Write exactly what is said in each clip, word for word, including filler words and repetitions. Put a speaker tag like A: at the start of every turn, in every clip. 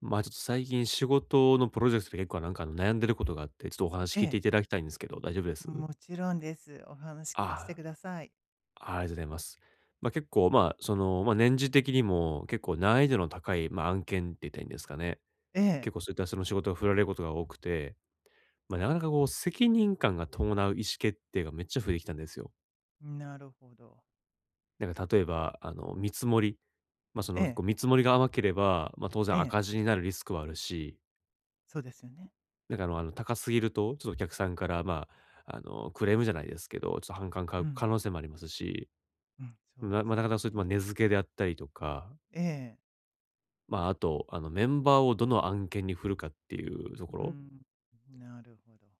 A: まあ、ちょっと最近仕事のプロジェクトで結構なんかあの悩んでることがあって、ちょっとお話
B: え
A: 聞いてい
B: え、
A: ただきたいんですけど、大丈夫です？
B: もちろんです。お話聞かせて
A: あ
B: ください。
A: あ、ありがとうございます。ま、結構、まあ、その、ま、年次的にも結構難易度の高い、ま、案件って言ったらいいんですかね。
B: ええ、
A: 結構そういったその仕事が振られることが多くて、ま、なかなかこう責任感が伴う意思決定がめっちゃ増えてきたんですよ。
B: なるほど。
A: なんか例えば、あの見積もり、ま、その
B: え
A: 結
B: え、
A: 構見積もりが甘ければ、ま、当
B: え
A: 然
B: え、
A: 赤字になるリスクはあるし、
B: そうですよね。
A: なんかあのあの、高すぎると、ちょっとお客さんから、まあ、あの、クレームじゃないですけど、ちょっと反感買
B: う
A: う可
B: ん、
A: 能性もありますし、
B: うん、そう
A: な
B: です
A: まあ、なか
B: よ
A: なかそういった、まあ、
B: ね。
A: 根付けであったりとか、
B: ええ、
A: まあ、あと、あの、メンバーをどの案件に振るかっていうとこ
B: う
A: ろ、
B: ん、なるほど。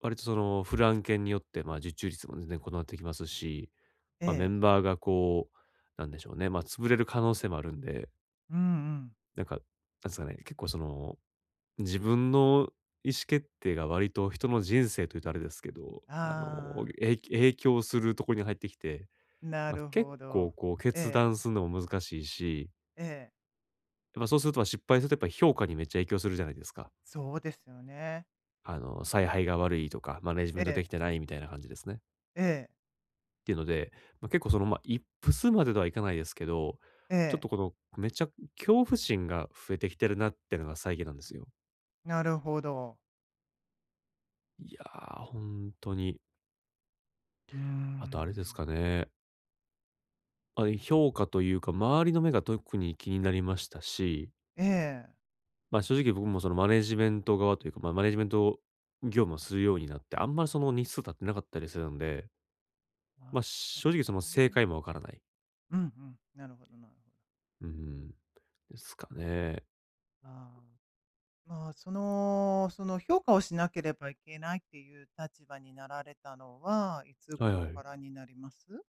A: 割とその、振る案件によって、まあ、受注率も全然異なってきますし、
B: え
A: まあ、メ
B: え、
A: ンバーがこう、なんでしょうね、まあ、潰れる可能性もあるんで、
B: うんうん。
A: なんか、なんですかね、結構その自分の意思決定が割と人の人生というとあれですけど、あの、
B: ああ、
A: えい影響するところに入ってきて、
B: な
A: まあ、
B: る
A: 結
B: ほ
A: 構
B: ど。
A: こう決
B: ええ、
A: 断するのも難しいし、
B: ええ、
A: やっぱそうするとま、失敗するとやっぱ評価にめっちゃ影響するじゃないですか。
B: そうですよね。
A: あの、采配が悪いとか、マネジ
B: え
A: メントでき
B: え、
A: てないみたいな感じですね。っ
B: ええ、
A: ていうので、まあ、結構その、ま、あ一プスまでとはいかないですけど、
B: え
A: ちょっ
B: え、
A: とこのめっちゃ恐怖心が増えてきてるなっていうのが最近なんですよ。
B: なるほど。
A: いや、ー本当に。
B: うー
A: あとあれです
B: ん、
A: かね。あ、評価というか、周りの目が特に気になりましたし、
B: ええ、
A: まあ、正直僕もそのマネジメント側というか、まあ、マネジメント業務をするようになって、あんまりその日数経ってなかったりするんで、ま
B: あ、
A: あ、
B: そうな
A: 正
B: んで
A: 直その
B: す
A: 正
B: ね。
A: 解もわからない。
B: うんうん、なるほど、なるほど。
A: うん、ですかね。
B: ああ。まあ、その、その評価をしなければいけないっていう立場になられたのは、いつ
A: はい
B: 頃
A: はい。
B: からになります？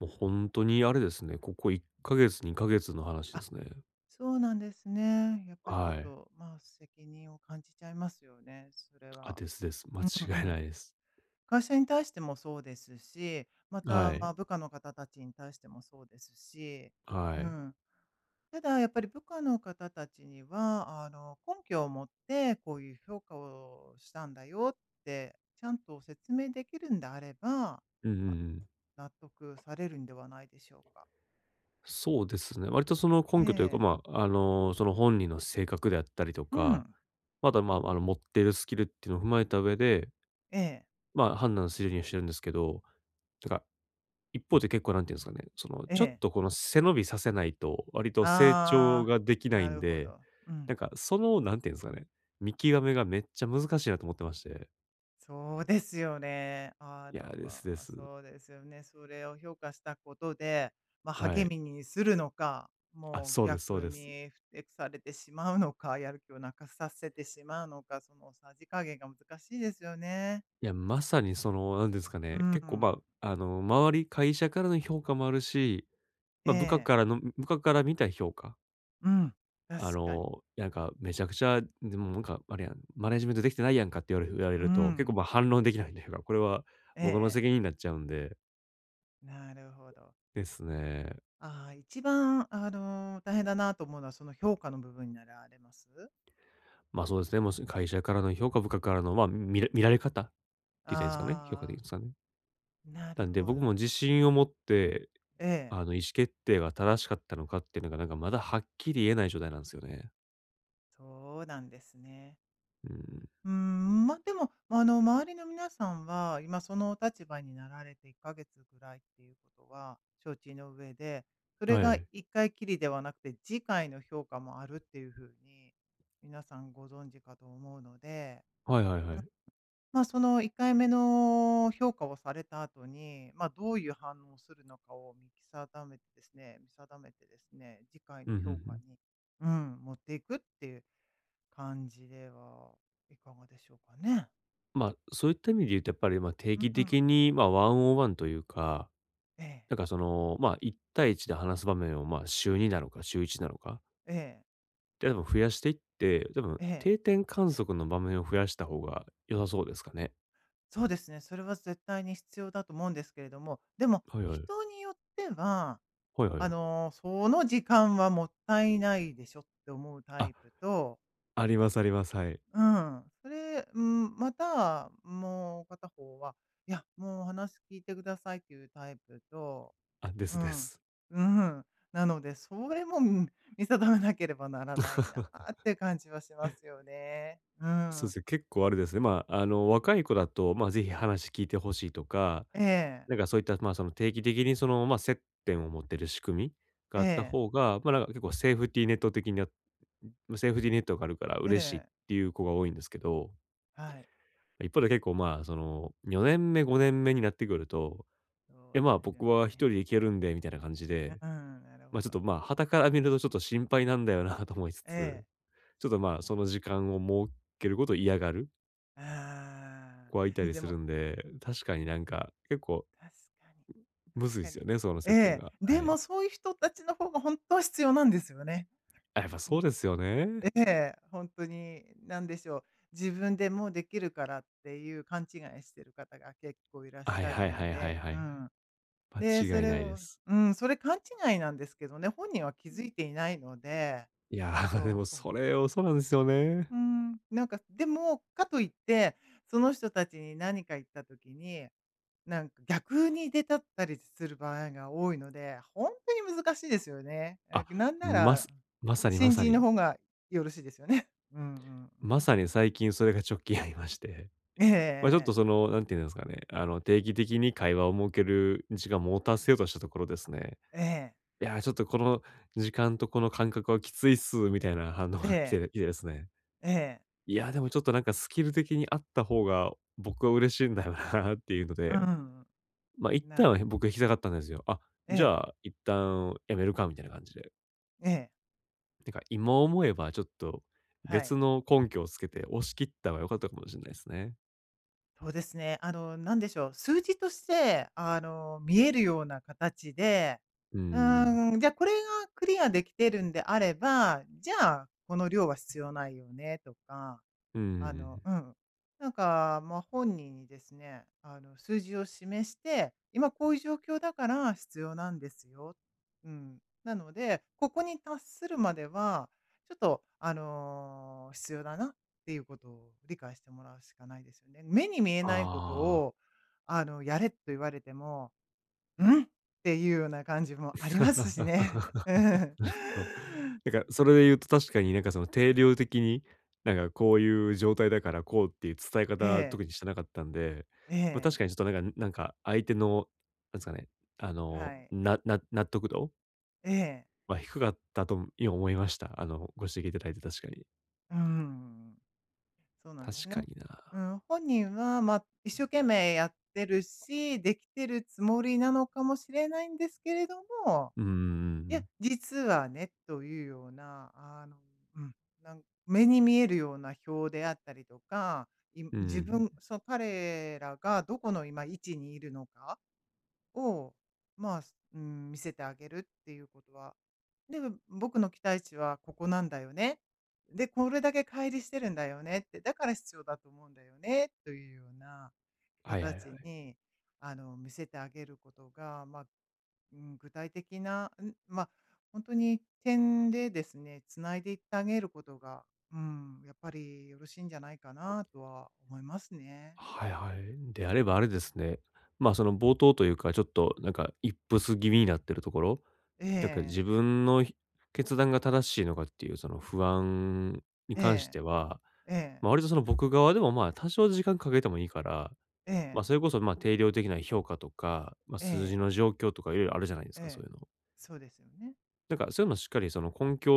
A: もう本当にあれですね、ここいっかげつ、にかげつの話で
B: あ、
A: すね。
B: そうなんですね。やっぱりちょ
A: は
B: っ
A: い。
B: と、まあ、責任を感じちゃいますよね、それ
A: あ、
B: は。
A: ですです。間
B: うんう
A: 違いな
B: ん。
A: いです。
B: 会社に対してもそうですし、ま
A: は
B: た、ま
A: い。
B: あ、部下の方たちに対してもそうですし、
A: は
B: う
A: い。
B: ん。ただやっぱり部下の方たちには、あの、根拠を持ってこういう評価をしたんだよってちゃんと説明できるんであれば、
A: うんうんう
B: まあ
A: ん。
B: 納得されるんではないでしょうか。
A: そうですね。割とその
B: え
A: 根拠というか、ま
B: え。
A: あ、あの、その本人の性格であったりと
B: う
A: か、
B: ん。
A: またまあ、あの、持っているスキルっていうのを踏まえた上で、
B: ええ。
A: まあ、判断するようにはしてるんですけど、なんか、一方で結構なんていうんですかね、その、
B: え
A: ちょっ
B: え。
A: とこの背伸びさせないと、割と成長
B: ああ、
A: ができない
B: な
A: ん
B: るほ
A: で、
B: ど。うん。
A: なんか、その、なんていうんですかね、見極めがめっちゃ難しいなと思ってまして。
B: そうですよね。あ
A: いや、
B: の、
A: で
B: ま
A: すで
B: あ、
A: す。
B: そうですよね。それを評価したことで、まあ、
A: は
B: 励
A: い。
B: みにするのか、
A: あ、
B: もう
A: そうです、そう
B: 逆
A: です。
B: に不適されてしまうのか、やる気をなくさせてしまうのか、そのさじ加減が難しいですよね。
A: いや、まさにその、なんですか
B: う
A: ね、
B: ん。
A: 結構まあ、あの、周り、会社からの評価もあるし、ま
B: え
A: あ、部下か
B: え。
A: らの部下から見た評価、
B: うん。確
A: あ
B: かに。
A: の、なんか、「めちゃくちゃ、でもなんかあれやん、マネジメントできてないやんか」って言われ言われ
B: う
A: ると、結構、
B: ん。
A: ま、反論できないというか、これは
B: え
A: 僕の
B: え。
A: 責任になっちゃうんで、
B: なるほど。
A: ですね。
B: ああ、一番、あの、大変だなと思うのは、その評価の部分になられます？
A: ま、そうですね、もう会社からの評価、部下からの、ま、見ら見られ方って言ったらいいんですかね、評価でいいん
B: ああ、
A: ですかね。
B: な
A: な
B: る
A: んで、
B: ほ
A: 僕
B: ど。
A: も自信を持って、
B: ええ。
A: あの、意思決定が正しかったのかっていうのが、なんかまだはっきり言えない状態なんですよね。
B: そうなんですね。
A: うん。
B: うーん、ま、でも、あの、周りの皆さんは、今そのお立場になられていっかげつぐらいっていうことは承知の上で、それ
A: はいは
B: が
A: い。
B: いっかいきりではなくて、次回の評価もあるっていうふうに、皆さんご存知かと思うので、
A: はいはいはい。
B: ま、そのいっかいめの評価をされた後に、ま、どういう反応をするのかを見定めてですね見定めてですね、次回
A: うん、
B: の
A: うんう
B: 評価
A: ん。
B: に、うん、持っていくっていう感じではいかがでしょうかね。
A: まあ、そういった意味で言うとやっぱり、まあ、定
B: う
A: 期的
B: ん。
A: に、まあ、ワンオンワンというか、
B: ええ、
A: なんかその、まあ、いち対いちで話す場面を、まあ、週になのか週いちなのか、
B: ええ、
A: で、多分増やしていって、多分
B: ええ。
A: 定点観測の場面を増やした方が良さそうですかね。
B: そうですね。それは絶対に必要だと思うんですけれども、でも
A: はいはい。
B: 人によっては、
A: はいはい
B: あ
A: はい。
B: の、その時間はもったいないでしょって思うタ
A: あ、
B: イプと、
A: ありますあります。はい。
B: うん、それ、うん、また、もう片方は、いや、もう話聞いてくださいっていうタイプと、
A: あ、です
B: う
A: で
B: ん。
A: す。
B: うん。なので、それも、見見定めなければならないなあって感じはしますよね。う
A: そうで
B: ん。
A: すね、結構あれですね、まあ、あの、若い子だと、まあ、ぜひ話聞いてほしいとか、
B: ええ、
A: なんかそういった、まあ、その定期的にその、まあ、接点を持ってる仕組みがあ
B: え
A: った
B: え、
A: 方が、まあ、なんか結構セーフティーネット的になま、セーフティーネットがあるから
B: え
A: 嬉しいっ
B: え、
A: ていう子が多いんですけど、
B: はい。
A: 一方で結構、まあ、その、よねんめ、ごねんめになってくると、
B: そ
A: 「え、
B: う
A: ま
B: で
A: あ、
B: すよ
A: 僕は一
B: ね。
A: 人で行けるんで」みたいな感じで、
B: うん、なる
A: ま
B: ほ
A: あ、ちょっ
B: ど。
A: と、まあ、傍から見るとちょっと心配なんだよなと思いつ
B: え
A: つ、
B: え、
A: ちょっと、まあ、その時間を設けることを嫌がる
B: あ
A: 子がいた
B: あ、
A: り
B: で
A: する
B: も、
A: んで、確かになんか、結構
B: 確かに、
A: むず
B: 確
A: いで
B: か
A: すよ
B: に。
A: ね、その接
B: え
A: 点
B: え、
A: が。は
B: で
A: い。
B: もそういう人たちの方が本当は必要なんですよね。
A: あ、やっぱそうですよね。
B: ええ、本当に、なんでしょう、自分でもうできるからっていう勘違いしてる方が結構いらっ
A: は
B: し
A: い
B: ゃる
A: はい
B: の
A: はいはい
B: で、
A: は
B: う
A: い。
B: ん。で、
A: 間
B: そ
A: 違い
B: れ
A: ないで
B: を
A: す。
B: うん、それ勘違いなんですけどね、本人は気づいていないので、
A: いやー、で
B: そう、
A: も
B: こう、
A: それをそうなんですよね。
B: うん、なんか、でも、かといって、その人たちに何か言った時に、なんか逆に出たったりする場合が多いので、本当に難しいですよね。え、
A: あ、
B: なんな
A: ます、
B: ら、
A: まさにま
B: 新
A: さ
B: 人の
A: に。
B: 方がよろしいですよね。うんうんうん。
A: まさに最近それが直近ありまして。ま、ちょっと
B: ええ、
A: その、なんて言うんですかね、あの、定期的に会話を設ける時間を持たせようとしたところですね、
B: ええ、ええ。
A: いやー、ちょっとこの時間とこの感覚はきついっすみたいな反応
B: ええ。え
A: が来て
B: え。
A: 来てですね、いや、でもちょっとなんかスキル的にあった方が、僕は嬉しいんだよなっていうの
B: う
A: で、
B: ん
A: ま、あ一
B: な
A: 旦
B: る
A: は僕、引きたかったんですよ。あ、
B: え
A: じ
B: え。
A: ゃあ一旦やめるかみたいな感じで。
B: ええ。
A: てか、今思えばちょっと
B: は
A: 別
B: い。
A: の根拠をつけて押し切った方が良かったかもしれないですね。
B: そうですね。あの、なんでしょう、数字として、あの、見えるような形で、
A: うんう
B: う
A: んん。
B: ーん、じゃ、これがクリアできてるんであれば、じゃあ、この量は必要ないよねとか、
A: うんう
B: あの、
A: ん。
B: うん。なんか、まあ、本人にですね、あの、数字を示して、今こういう状況だから必要なんですよ。うん。なので、ここに達するまでは、ちょっと、あのー必要だなっていうことを理解してもらうしかないですよね。目に見えないこと
A: ああ。
B: を、あの、やれと言われても、うんっていうような感じもありますしね。う ん。
A: そう。なんか、それで言うと確かになんかその定量的に、なんかこういう状態だからこうっていう伝え
B: え
A: 方
B: え、
A: 特にしてなかったんで、
B: え
A: まあ、確か
B: え、
A: にちょっとなんかなんか相手の、なんですかね、あ
B: は
A: の、
B: い、
A: なな納得度
B: ええ、
A: は低かったと今思いました。あの、ご指摘いただいて確かに。
B: うん。そうなんです
A: 確
B: ね。
A: かに
B: う
A: な。
B: ん、本人は、まあ、一生懸命やってるし、できてるつもりなのかもしれないんですけれども、
A: うんうんう
B: いや、
A: ん。
B: 実はねというような、あの、うん、なん目に見えるような表であったりとか、い自分そう、彼らがどこの今位置にいるのかを、まあ、うん、見せてあげるっていうことはでも、僕の期待値はここなんだよね。で、これだけ乖離してるんだよねって、だから必要だと思うんだよね、というような
A: はいはいは
B: 形
A: い。
B: に、あの、見せてあげることが、まあ、うん、具体的な、うん、まあ、ほに点でですね、繋いでいってあげることが、うん、やっぱりよろしいんじゃないかなとは思いますね。
A: はいはい。であれ
B: う
A: ばあれで
B: ん。
A: すね、まあ、その冒頭というか、ちょっとなんか一歩プス気味になってるところ、
B: え
A: なんか
B: え、
A: 自分のひ決断が正しいのかっていうその不安に
B: え
A: 関し
B: え、
A: ては、
B: ええ、
A: まあ、割とその僕側でも、まあ、多少時間かけてもいいから、
B: え
A: ま、
B: え、
A: それこそ、ま、定量的な評価とか、まあ、
B: え
A: 数字
B: え、
A: の状況とかいろいろあるじゃないですか、そ
B: ええ。
A: ういうの。
B: そうですよね。
A: だからそういうのをしっかりその根拠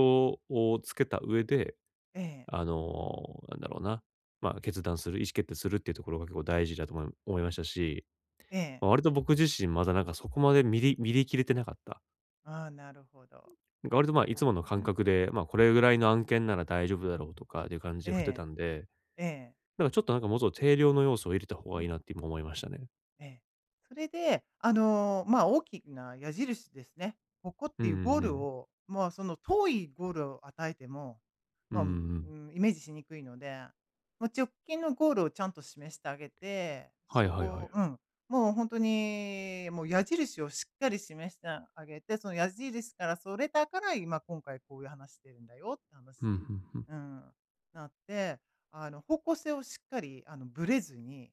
A: をつけた上で、
B: ええ、
A: あの、なんだろうな、まあ、決断する、意思決定するっていうところが結構大事だと思い思いましたし、
B: ええ。
A: ま、割と僕自身まだなんかそこまで見り見り切れてなかった。
B: ああ、なるほど。
A: なんか割と
B: そ
A: ま
B: う
A: あ、い
B: なん
A: つ
B: で
A: も
B: す
A: の感
B: ね。
A: 覚で、まあ、これぐらいの案件なら大丈夫だろうとかっていう感じ
B: え
A: で振ってた
B: え、
A: んで、
B: ええ。
A: なんかちょっとなんかもうちょっと定量の要素を入れた方
B: う
A: がいいな
B: ん。
A: って今思いましたね。
B: ええ。それで、あの、まあ、大きな矢印ですね。ここっ
A: うん
B: て
A: う
B: いうゴ
A: ん
B: ー
A: う
B: ル
A: ん。
B: を、まあ、その遠いゴールを与えても、
A: うんう
B: まあ、う
A: ん。
B: ん、イメージしにくいので、もう直近のゴールをちゃんと示してあげて、
A: はい
B: そ
A: はいは
B: こ
A: い。
B: をうん、もう本当に、もう矢印をしっかり示してあげて、その矢印からそれたから、今今回こういう話してるんだよって
A: うんう
B: 話、
A: んうん。
B: うん、なって、あの、方向性をしっかり、あの、ぶれずに、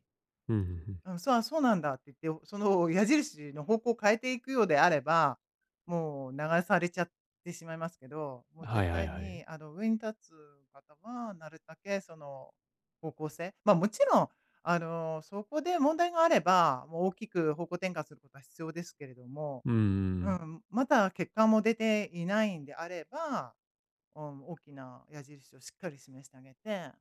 A: うんうんうん。
B: うん、そう、あ、そうなんだって言って、その矢印の方向を変えていくようであれば、もう流されちゃってしまいますけど、もう
A: は
B: 絶
A: いはい
B: 対
A: はい。
B: にあの上に立つ方は、なるだけその方向性、まあもちろん、あの、そこで問題があれば、もう大きく方向転換することは必要ですけれども、
A: うんうんう
B: う
A: ん。
B: ん、まだ結果も出ていないんであれば、うん、大きな矢印をしっかり示してあげて、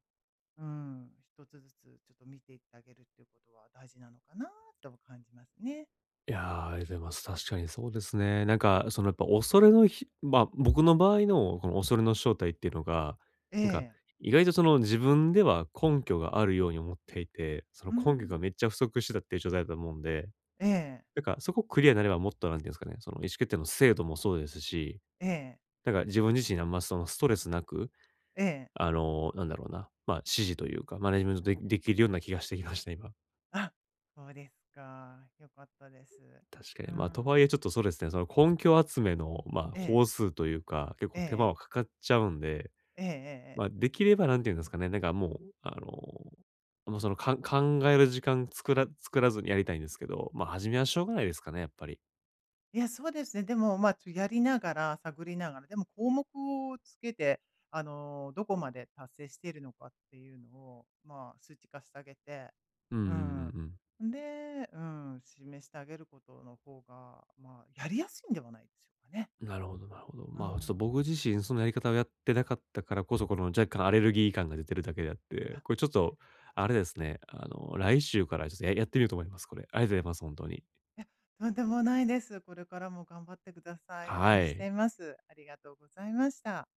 B: うん、一つずつちょっと見ていってあげるっていうことは大事なのかなとは感じますね。
A: いやー、ありがとうございます。確かにそうですね。なんかそのやっぱ恐れのひまあ、僕の場合のこの恐れの正体っていうのが、
B: え
A: なんか
B: え。
A: 意外とその自分では根拠があるように思っていて、その
B: う
A: 根拠が
B: ん。
A: めっちゃ不足してたっていう状態だと思うんで、
B: ええ、
A: なんか、そこクリアになればもっとなんていうんですかね、その意思決定の精度もそうですし、
B: ええ、
A: なんか自分自身にあんまそのストレスなく、
B: ええ。
A: あの、なんだろうな、まあ、指示というか、マネジメントでできるような気がしてきました、今。
B: あ、そうですか。良かったです。
A: 確
B: う
A: かに。まあ、とはい
B: ん。
A: えちょっとそうですね、その根拠集めの、まあ、
B: ええ、
A: 工数というか、結構手間
B: ええ、
A: はかかっちゃうんで、
B: ええ、え
A: まあ、
B: え。
A: できればなんていうんですかね、なんかもう、あの、もうそのか考える時間作ら作らずにやりたいんですけど、まあ、始めはしょうがないですかね、やっぱり。
B: いや、そうですね。でも、まあ、ちょやりながら、探りながら、でも項目をつけて、あの、どこまで達成しているのかっていうのを、まあ、数値化してあげて、
A: うんうんうんう
B: うん。
A: ん。
B: で、うん、示してあげることの方が、まあ、やりやすいんではないでしょうかね。
A: なるほどなるほど。
B: う
A: まあ、ちょっと僕
B: ん。
A: 自身そのやり方をやってなかったからこそ、この若干アレルギー感が出てるだけであっ
B: あ、
A: て、これちょっ
B: なる
A: と、
B: ほど。
A: あれですね、あの、来週からちょっとややってみようと思います、これ。ありがとうございます、本当に。
B: いや、とんでもないです。これからも頑張ってください。応
A: は
B: 援して
A: い。
B: います。ありがとうございました。